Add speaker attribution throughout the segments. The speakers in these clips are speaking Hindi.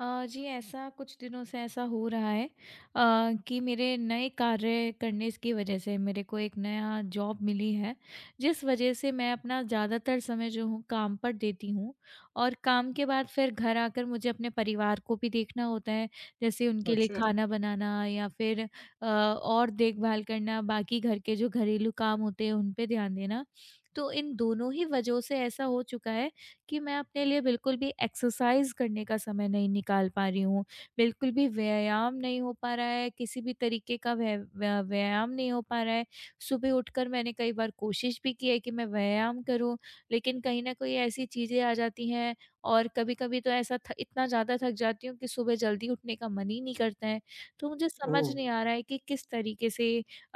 Speaker 1: जी, ऐसा कुछ दिनों से ऐसा हो रहा है, कि मेरे नए कार्य करने की वजह से मेरे को एक नया जॉब मिली है, जिस वजह से मैं अपना ज़्यादातर समय जो हूँ काम पर देती हूँ। और काम के बाद फिर घर आकर मुझे अपने परिवार को भी देखना होता है, जैसे उनके लिए
Speaker 2: अच्छा,
Speaker 1: खाना बनाना या फिर और देखभाल करना, बाकी घर के जो घरेलू काम होते हैं, उन पे ध्यान देना। तो इन दोनों ही वजहों से ऐसा हो चुका है कि मैं अपने लिए बिल्कुल भी एक्सरसाइज़ करने का समय नहीं निकाल पा रही हूँ, बिल्कुल भी व्यायाम नहीं हो पा रहा है, किसी भी तरीके का व्यायाम नहीं हो पा रहा है। सुबह उठकर मैंने कई बार कोशिश भी की है कि मैं व्यायाम करूँ, लेकिन कहीं न कहीं ऐसी चीज़ें आ जाती हैं, और कभी-कभी तो ऐसा थ इतना ज़्यादा थक जाती हूँ कि सुबह जल्दी उठने का मन ही नहीं करता है। तो मुझे समझ
Speaker 2: ओह!
Speaker 1: नहीं आ रहा है कि किस तरीके से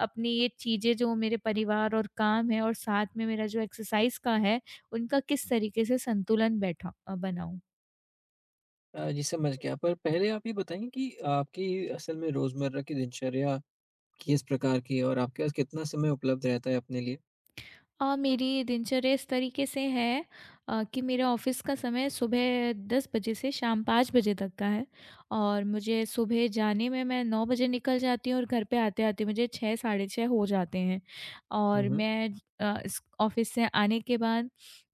Speaker 1: अपनी ये चीज़ें जो मेरे परिवार और काम है और साथ में मेरा जो एक्सरसाइज़ का है, उनका किस तरीके से संतुलन बनाऊँ।
Speaker 2: जी समझ गया। पर पहले आप ये बताइए कि आपकी असल में रोज़मर्रा की दिनचर्या किस प्रकार की है और आपके पास कितना समय उपलब्ध रहता है अपने लिए?
Speaker 1: मेरी दिनचर्या इस तरीके से है, कि मेरा ऑफ़िस का समय सुबह 10 बजे से शाम 5 बजे तक का है, और मुझे सुबह जाने में मैं 9 बजे निकल जाती हूँ, और घर पे आते-आते मुझे 6 साढ़े 6 हो जाते हैं।
Speaker 2: हुँ,
Speaker 1: और
Speaker 2: हुँ।
Speaker 1: मैं, इस ऑफ़िस से आने के बाद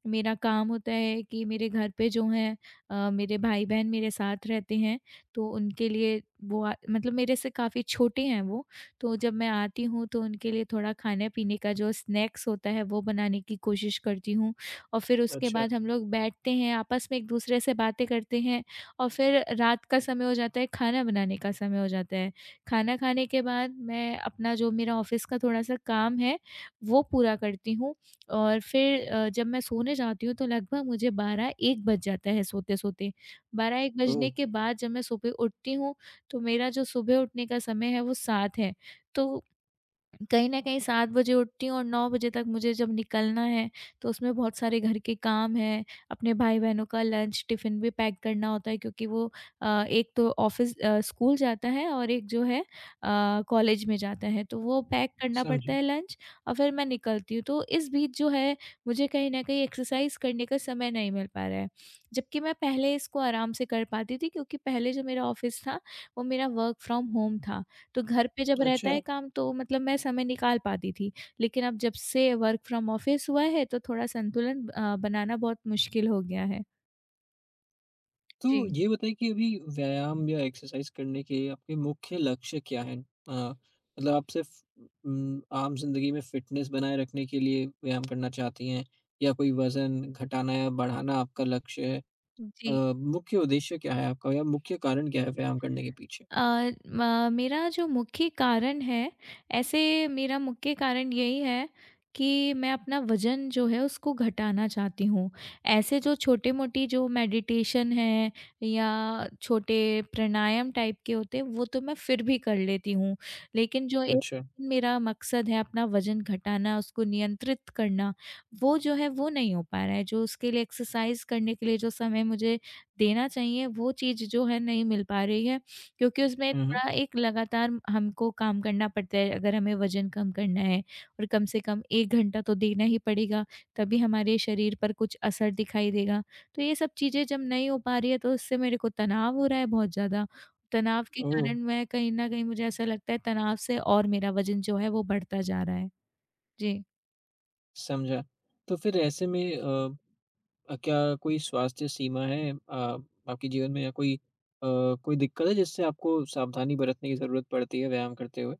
Speaker 1: मेरा काम होता है कि मेरे घर पे जो हैं, मेरे भाई-बहन मेरे साथ रहते हैं, तो उनके लिए वो, मतलब मेरे से काफ़ी छोटे हैं वो, तो जब मैं आती हूँ तो उनके लिए थोड़ा खाने-पीने का जो स्नैक्स होता है वो बनाने की कोशिश करती हूँ। और फिर उसके
Speaker 2: अच्छा,
Speaker 1: बाद हम लोग बैठते हैं, आपस में एक-दूसरे से बातें करते हैं, और फिर रात का समय हो जाता है, खाना बनाने का समय हो जाता है। खाना खाने के बाद मैं अपना जो मेरा ऑफ़िस का थोड़ा-सा काम है, वो पूरा करती हूँ, और फिर जब मैं सोने जाती हूँ तो लगभग मुझे 12-1 बज जाता है सोते-सोते। 12-1
Speaker 2: ओह!
Speaker 1: बजने के बाद जब मैं सुबह उठती हूँ, तो मेरा जो सुबह उठने का समय है वो 7 है, तो कहीं न कहीं 7 बजे उठती हूँ, और 9 बजे तक मुझे जब निकलना है, तो उसमें बहुत सारे घर के काम हैं। अपने भाई-बहनों का लंच, टिफ़िन भी पैक करना होता है, क्योंकि वो, एक तो स्कूल जाता है, और एक जो है कॉलेज में जाता है, तो वो पैक करना पड़ता
Speaker 2: समझा।
Speaker 1: है लंच, और फिर मैं निकलती हूँ। तो इस बीच जो है, मुझे कहीं न कहीं एक्सरसाइज़ करने का समय नहीं मिल पा रहा है, जबकि मैं पहले इसको आराम से कर पाती थी, क्योंकि पहले जो मेरा ऑफ़िस था, वो मेरा वर्क फ्रॉम होम था। तो घर पे जब रहता है
Speaker 2: अच्छा,
Speaker 1: काम तो मतलब मैं समय निकाल पाती थी। लेकिन अब जब से वर्क फ्रॉम ऑफिस हुआ है तो थोड़ा संतुलन बनाना बहुत मुश्किल हो गया है।
Speaker 2: तो
Speaker 1: जी।
Speaker 2: ये बताइए कि अभी व्यायाम या एक्सरसाइज़ करने के आपके मुख्य लक्ष्य क्या हैं? अ, मतलब आप सिर्फ़ आम ज़िंदगी में फ़िटनेस बनाए रखने के लिए व्यायाम करना चाहती हैं, या कोई वज़न घटाना या बढ़ाना आपका लक्ष्य है?
Speaker 1: जी,
Speaker 2: मुख्य उद्देश्य क्या है आपका, या मुख्य कारण क्या है व्यायाम करने के पीछे?
Speaker 1: अ, म मेरा जो मुख्य कारण है, ऐसे मेरा मुख्य कारण यही है कि मैं अपना वज़न जो है उसको घटाना चाहती हूँ। ऐसे जो छोटी-मोटी जो मेडिटेशन है या छोटे प्राणायाम टाइप के होते हैं, वो तो मैं फिर भी कर लेती हूँ। लेकिन जो एक
Speaker 2: अच्छा।
Speaker 1: मेरा मकसद है अपना वज़न घटाना, उसको नियंत्रित करना, वो जो है वो नहीं हो पा रहा है। जो उसके लिए एक्सरसाइज़ करने के लिए जो समय मुझे देना चाहिए, वो चीज़ जो है नहीं मिल पा रही है। क्योंकि उसमें
Speaker 2: हुँ, हुँ।
Speaker 1: थोड़ा एक लगातार हमको काम करना पड़ता है, अगर हमें वज़न कम करना है, और कम से कम 1 घंटा तो देना ही पड़ेगा, तभी हमारे शरीर पर कुछ असर दिखाई देगा। तो ये सब चीज़ें जब नहीं हो पा रही है, तो उससे मेरे को तनाव हो रहा है बहुत ज़्यादा। तनाव के
Speaker 2: ओह!
Speaker 1: कारण मैं कहीं न कहीं, मुझे ऐसा लगता है तनाव से, और मेरा वज़न जो है वो बढ़ता जा रहा है। जी।
Speaker 2: समझा। तो फिर ऐसे में क्या कोई स्वास्थ्य सीमा है आपके जीवन में, या कोई दिक्कत है जिससे आपको सावधानी बरतने की ज़रूरत पड़ती है व्यायाम करते हुए?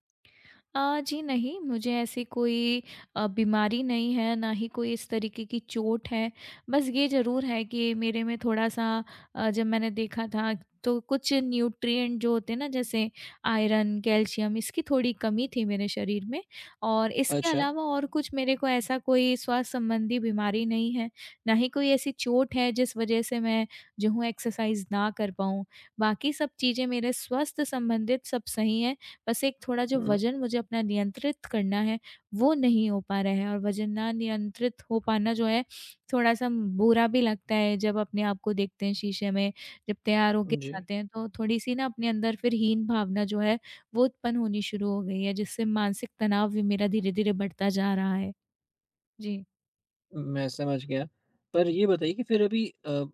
Speaker 1: जी नहीं, मुझे ऐसी कोई बीमारी नहीं है, ना ही कोई इस तरीके की चोट है। बस ये ज़रूर है कि मेरे में थोड़ा-सा, जब मैंने देखा था तो कुछ न्यूट्रिएंट जो होते हैं ना, जैसे आयरन, कैल्शियम, इसकी थोड़ी कमी थी मेरे शरीर में। और इसके
Speaker 2: अच्छा।
Speaker 1: अलावा और कुछ मेरे को ऐसा कोई स्वास्थ्य संबंधी बीमारी नहीं है, ना ही कोई ऐसी चोट है जिस वज़ह से मैं जो हूँ एक्सरसाइज़ ना कर पाऊँ। बाकी सब चीज़ें मेरे स्वास्थ्य संबंधित सब सही हैं। बस एक थोड़ा जो
Speaker 2: हुँ,
Speaker 1: वज़न मुझे अपना नियंत्रित करना है, वो नहीं हो पा रहा है, और वज़न ना नियंत्रित हो पाना जो है, थोड़ा-सा बुरा भी लगता है, जब अपने आप को देखते हैं शीशे में, जब तैयार होके
Speaker 2: जी।
Speaker 1: जाते हैं, तो थोड़ी-सी ना अपने अंदर फिर हीन भावना जो है, वो उत्पन्न होनी शुरू हो गई है, जिससे मानसिक तनाव भी मेरा धीरे-धीरे बढ़ता जा रहा है। जी।
Speaker 2: मैं समझ गया। पर ये बताइए कि फिर अभी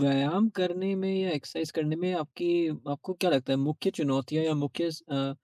Speaker 2: व्यायाम करने में या एक्सरसाइज़ करने में, आपकी आपको क्या लगता है मुख्य चुनौतियाँ, या मुख्य स अ अ,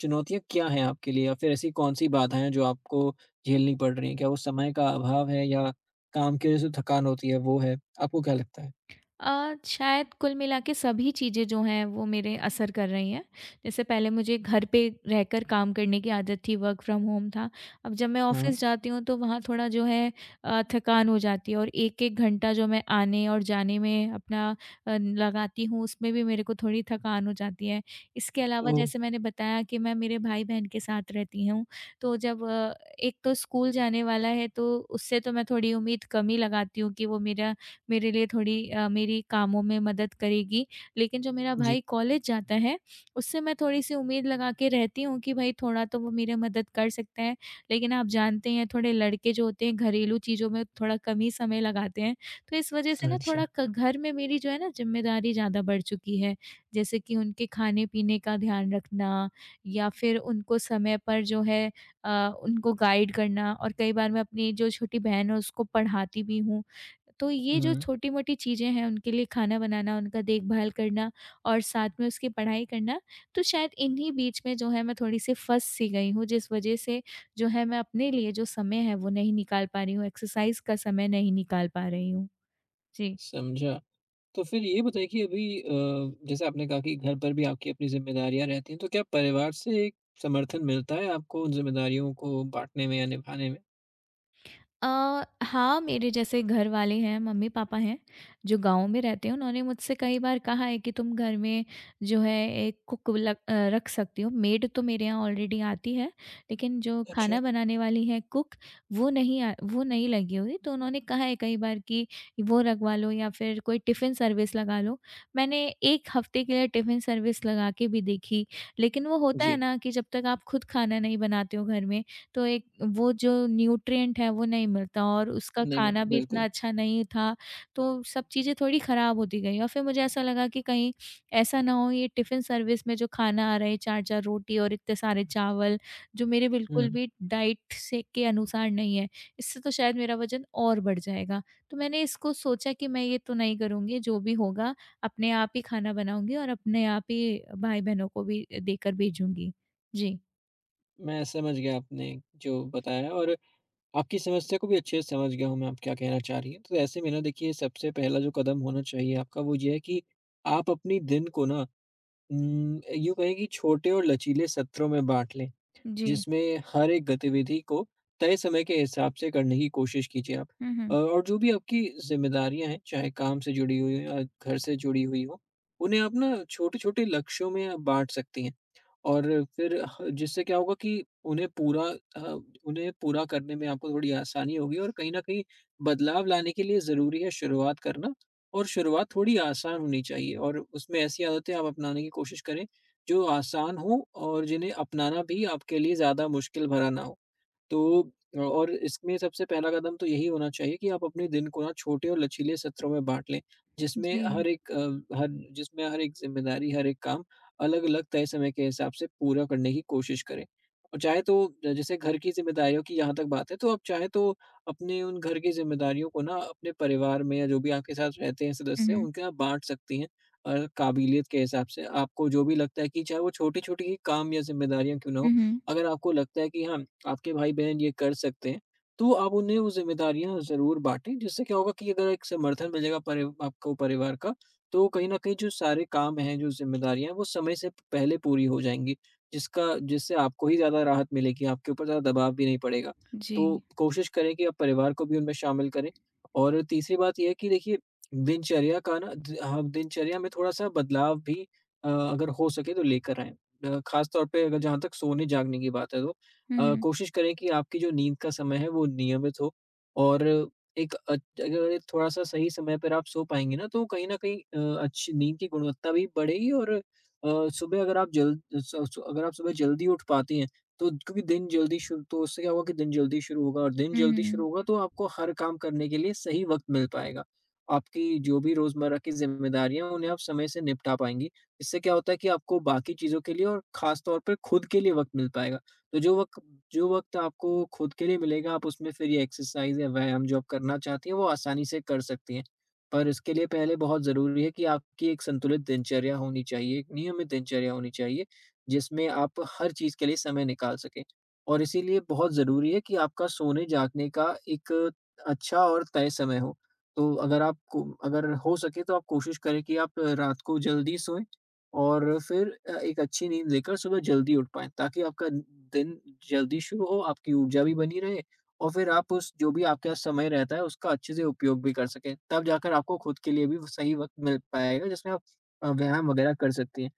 Speaker 2: चुनौतियाँ क्या हैं आपके लिए? या फिर ऐसी कौन-सी बाधाएँ हैं जो आपको झेलनी पड़ रही हैं? क्या वो समय का अभाव है, या काम की वज़ह से थकान होती है, वो है? आपको क्या लगता है?
Speaker 1: शायद कुल मिला के सभी चीज़ें जो हैं वो मेरे असर कर रही हैं। जैसे पहले मुझे घर पे रहकर काम करने की आदत थी, वर्क फ्रॉम होम था। अब जब मैं
Speaker 2: हुँ।
Speaker 1: ऑफ़िस जाती हूँ तो वहाँ थोड़ा जो है थकान हो जाती है, और 1-1 घंटा जो मैं आने और जाने में अपना लगाती हूँ, उसमें भी मेरे को थोड़ी थकान हो जाती है। इसके अलावा
Speaker 2: ओह!
Speaker 1: जैसे मैंने बताया कि मैं मेरे भाई-बहन के साथ रहती हूँ, तो जब एक तो स्कूल जाने वाला है तो उससे तो मैं थोड़ी उम्मीद कम ही लगाती हूँ कि वो मेरा मेरे लिए थोड़ी, मेरी कामों में मदद करेगी। लेकिन जो मेरा
Speaker 2: जी।
Speaker 1: भाई कॉलेज जाता है, उससे मैं थोड़ी-सी उम्मीद लगा के रहती हूँ कि भई थोड़ा तो वो मेरी मदद कर सकता है। लेकिन आप जानते हैं थोड़े लड़के जो होते हैं घरेलू चीज़ों में थोड़ा कम ही समय लगाते हैं। तो इस वज़ह से ना,
Speaker 2: अच्छा।
Speaker 1: थोड़ा क घर में मेरी जो है ना ज़िम्मेदारी ज़्यादा बढ़ चुकी है। जैसे कि उनके खाने-पीने का ध्यान रखना, या फिर उनको समय पर जो है उनको गाइड करना, और कई बार मैं अपनी जो छोटी बहन है उसको पढ़ाती भी हूँ। तो ये जो
Speaker 2: हुँ,
Speaker 1: छोटी-मोटी चीज़ें हैं, उनके लिए खाना बनाना, उनका देखभाल करना और साथ में उसकी पढ़ाई करना, तो शायद इन्हीं बीच में जो है मैं थोड़ी-सी फँस सी गई हूँ, जिस वज़ह से जो है मैं अपने लिए जो समय है वो नहीं निकाल पा रही हूँ, एक्सरसाइज़ का समय नहीं निकाल पा रही हूँ। जी।
Speaker 2: समझा। तो फिर ये बताइए कि अभी जैसे आपने कहा कि घर पर भी आपकी अपनी ज़िम्मेदारियाँ रहती हैं, तो क्या परिवार से एक समर्थन मिलता है आपको उन ज़िम्मेदारियों को बाँटने में या निभाने में?
Speaker 1: अ, हाँ, मेरे जैसे घर वाले हैं, मम्मी-पापा हैं, जो गाँव में रहते हैं, उन्होंने मुझसे कई बार कहा है कि तुम घर में जो है एक कुक रख सकती हो। मेड तो मेरे यहाँ ऑलरेडी आती है, लेकिन जो
Speaker 2: अच्छा।
Speaker 1: खाना बनाने वाली है कुक, वो नहीं लगी हुई। तो उन्होंने कहा है कई बार कि वो लगवा लो या फिर कोई टिफ़िन सर्विस लगा लो। मैंने 1 हफ़्ते के लिए टिफ़िन सर्विस लगा के भी देखी, लेकिन वो होता है
Speaker 2: जी,
Speaker 1: ना कि जब तक आप खुद खाना नहीं बनाते हो घर में, तो एक वो जो न्यूट्रिएंट है वो नहीं मिलता, और उसका
Speaker 2: नहीं
Speaker 1: खाना
Speaker 2: मिलती,
Speaker 1: भी इतना
Speaker 2: बिल्कुल।
Speaker 1: अच्छा नहीं था, तो सब चीज़ें थोड़ी ख़राब होती गईं, और फिर मुझे ऐसा लगा कि कहीं ऐसा ना हो, ये टिफ़िन सर्विस में जो खाना आ रहा है 4-4 रोटी और इतने सारे चावल, जो मेरे बिल्कुल
Speaker 2: हुँ,
Speaker 1: भी डाइट से के अनुसार नहीं है, इससे तो शायद मेरा वज़न और बढ़ जाएगा। तो मैंने इसको सोचा कि मैं ये तो नहीं करूँगी, जो भी होगा अपने आप ही खाना बनाऊँगी और अपने आप ही भाई-बहनों को भी देकर भेजूँगी। जी।
Speaker 2: मैं समझ गया आपने जो बताया है, और आपकी समस्या को भी अच्छे से समझ गया हूँ मैं, आप क्या कहना चाह रही हैं। तो ऐसे में ना देखिए, सबसे पहला जो कदम होना चाहिए आपका वो ये है कि आप अपनी दिन को ना यूँ कहें कि छोटे और लचीले सत्रों में बाँट लें।
Speaker 1: जी।
Speaker 2: जिसमें हर एक गतिविधि को तय समय के हिसाब से करने की कोशिश कीजिए आप।
Speaker 1: हुँ, हुँ।
Speaker 2: और जो भी आपकी ज़िम्मेदारियाँ हैं, चाहे काम से जुड़ी हुई हों या घर से जुड़ी हुई हों, उन्हें आप ना छोटे-छोटे लक्ष्यों में आप बाँट सकती हैं। और फिर ह जिससे क्या होगा कि उन्हें पूरा अ, उन्हें पूरा करने में आपको थोड़ी आसानी होगी, और कहीं न कहीं बदलाव लाने के लिए ज़रूरी है शुरुआत करना। और शुरुआत थोड़ी आसान होनी चाहिए, और उसमें ऐसी आदतें आप अपनाने की कोशिश करें, जो आसान हो और जिन्हें अपनाना भी आपके लिए ज़्यादा मुश्किल भरा ना हो। तो और इसमें सबसे पहला कदम तो यही होना चाहिए कि आप अपने दिन को ना छोटे और लचीले सत्रों में बाँट लें,
Speaker 1: जी।
Speaker 2: जिसमें हर एक अ, हर जिसमें हर एक ज़िम्मेदारी, हर एक काम अलग-अलग तय समय के हिसाब से पूरा करने की कोशिश करें। और चाहे तो, जैसे घर की ज़िम्मेदारियों की यहाँ तक बात है, तो आप चाहे तो अपने उन घर की ज़िम्मेदारियों को ना अपने परिवार में, या जो भी आपके साथ रहते हैं
Speaker 1: हुँ,
Speaker 2: सदस्य,
Speaker 1: हुँ।
Speaker 2: उनके आप बाँट सकती हैं काबिलियत के हिसाब से। आपको जो भी लगता है कि चाहे वो छोटी-छोटी ही काम या ज़िम्मेदारियाँ क्यों ना
Speaker 1: हुँ,
Speaker 2: हो,
Speaker 1: हुँ।
Speaker 2: अगर आपको लगता है कि हाँ, आपके भाई-बहन ये कर सकते हैं, तो आप उन्हें वो ज़िम्मेदारियाँ ज़रूर बाँटें। जिससे क्या होगा कि अगर एक समर्थन मिलेगा परि आपको परिवार का, तो कहीं न कहीं जो सारे काम हैं, जो ज़िम्मेदारियाँ हैं, वो समय से पहले पूरी हो जाएँगी, जिसका जिससे आपको ही ज़्यादा राहत मिलेगी, आपके ऊपर ज़्यादा दबाव भी नहीं पड़ेगा।
Speaker 1: जी।
Speaker 2: तो कोशिश करें कि आप परिवार को भी उनमें शामिल करें। और तीसरी बात ये है कि देखिए, दिनचर्या का ना द हाँ, दिनचर्या में थोड़ा-सा बदलाव भी अगर हो सके तो लेकर आएँ। ख़ास तौर पे, अगर जहाँ तक सोने-जागने की बात है, तो
Speaker 1: हुँ, हुँ।
Speaker 2: कोशिश करें कि आपकी जो नींद का समय है वो नियमित हो। और एक अच्छ अगर एक थोड़ा सा सही समय पर आप सो पाएँगे ना, तो कहीं न कहीं अच्छी नींद की गुणवत्ता भी बढ़ेगी। और सुबह अगर आप जल्द स स अगर आप सुबह जल्दी उठ पाती हैं, तो क्योंकि दिन जल्दी शुरू तो उससे क्या होगा कि दिन जल्दी शुरू होगा, और दिन
Speaker 1: हुँ,
Speaker 2: जल्दी शुरू
Speaker 1: हुँ।
Speaker 2: होगा तो आपको हर काम करने के लिए सही वक़्त मिल पाएगा। आपकी जो भी रोज़मर्रा की ज़िम्मेदारियाँ हैं उन्हें आप समय से निपटा पाएँगी। इससे क्या होता है कि आपको बाकी चीज़ों के लिए और ख़ास तौर पर खुद के लिए वक़्त मिल पाएगा। तो जो वक़्त आपको खुद के लिए मिलेगा, आप उसमें फिर ये एक्सरसाइज़ या व्यायाम जो आप करना चाहती हैं, वो आसानी से कर सकती हैं। पर इसके लिए पहले बहुत ज़रूरी है कि आपकी एक संतुलित दिनचर्या होनी चाहिए, एक नियमित दिनचर्या होनी चाहिए, जिसमें आप हर चीज़ के लिए समय निकाल सकें। और इसीलिए बहुत ज़रूरी है कि आपका सोने-जागने का एक अच्छा और तय समय हो। तो अगर हो सके तो आप कोशिश करें कि आप रात को जल्दी सोएँ। और फिर एक अच्छी नींद लेकर सुबह जल्दी उठ पाएँ, ताकि आपका दिन जल्दी शुरू हो, आपकी ऊर्जा भी बनी रहे, और फिर आप उस जो भी आपके पास समय रहता है, उसका अच्छे से उपयोग भी कर सकें। तब जाकर आपको खुद के लिए भी वो सही वक़्त मिल पाएगा, जिसमें आप व्यायाम वगैरह कर सकती हैं।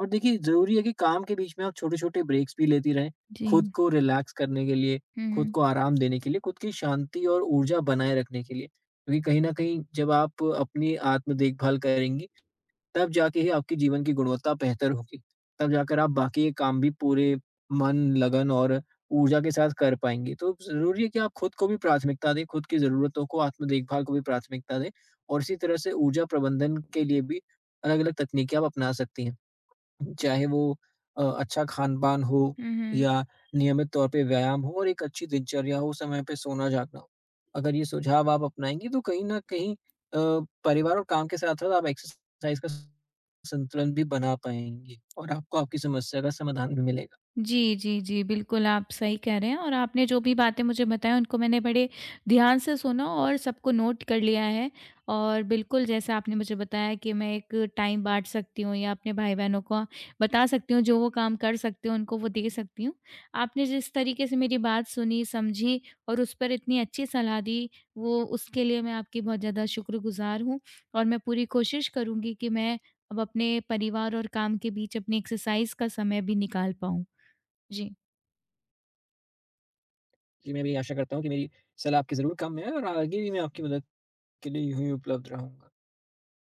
Speaker 2: और देखिए, ज़रूरी है कि काम के बीच में आप छोटे-छोटे ब्रेक्स भी लेती रहें,
Speaker 1: जी।
Speaker 2: खुद को रिलैक्स करने के लिए,
Speaker 1: हुँ,
Speaker 2: खुद
Speaker 1: हुँ।
Speaker 2: को आराम देने के लिए, खुद की शांति और ऊर्जा बनाए रखने के लिए। क्योंकि कहीं न कहीं जब आप अपनी आत्म देखभाल करेंगी, तब जाके ही आपकी जीवन की गुणवत्ता बेहतर होगी। तब जाकर आप बाकी के काम भी पूरे मन, लगन और ऊर्जा के साथ कर पाएँगे। तो ज़रूरी है कि आप खुद को भी प्राथमिकता दें, खुद की ज़रूरतों को, आत्म देखभाल को भी प्राथमिकता दें। और इसी तरह से ऊर्जा प्रबंधन के लिए भी अलग-अलग तकनीकें आप अपना सकती हैं। चाहे वो अच्छा खान-पान हो,
Speaker 1: हुँ, हुँ।
Speaker 2: या नियमित तौर पे व्यायाम हो, और एक अच्छी दिनचर्या हो, समय पे सोना-जागना हो। अगर ये सुझाव आप अपनाएँगी तो कहीं न कहीं परिवार और काम के साथ-साथ आप एक्सरसाइज का संतुलन भी बना पाएँगी, और आपको आपकी समस्या का समाधान भी मिलेगा।
Speaker 1: जी, जी, जी। बिल्कुल, आप सही कह रहे हैं, और आपने जो भी बातें मुझे बताई उनको मैंने बड़े ध्यान से सुना और सबको नोट कर लिया है। और बिल्कुल जैसा आपने मुझे बताया कि मैं एक टाइम बाँट सकती हूँ या अपने भाई-बहनों को बता सकती हूँ, जो वो काम कर सकते हैं उनको वो दे सकती हूँ। आपने जिस तरीके से मेरी बात सुनी, समझी और उस पर इतनी अच्छी सलाह दी, वो उसके लिए मैं आपकी बहुत ज़्यादा शुक्रगुज़ार हूँ। और मैं पूरी कोशिश करूँगी कि मैं अब अपने परिवार और काम के बीच अपनी एक्सरसाइज़ का समय भी निकाल पाऊँ। जी
Speaker 2: जी, मैं भी आशा करता हूँ कि मेरी सलाह आपके ज़रूर काम में आए, और आगे भी मैं आपकी मदद के लिए यूँ ही उपलब्ध रहूँगा।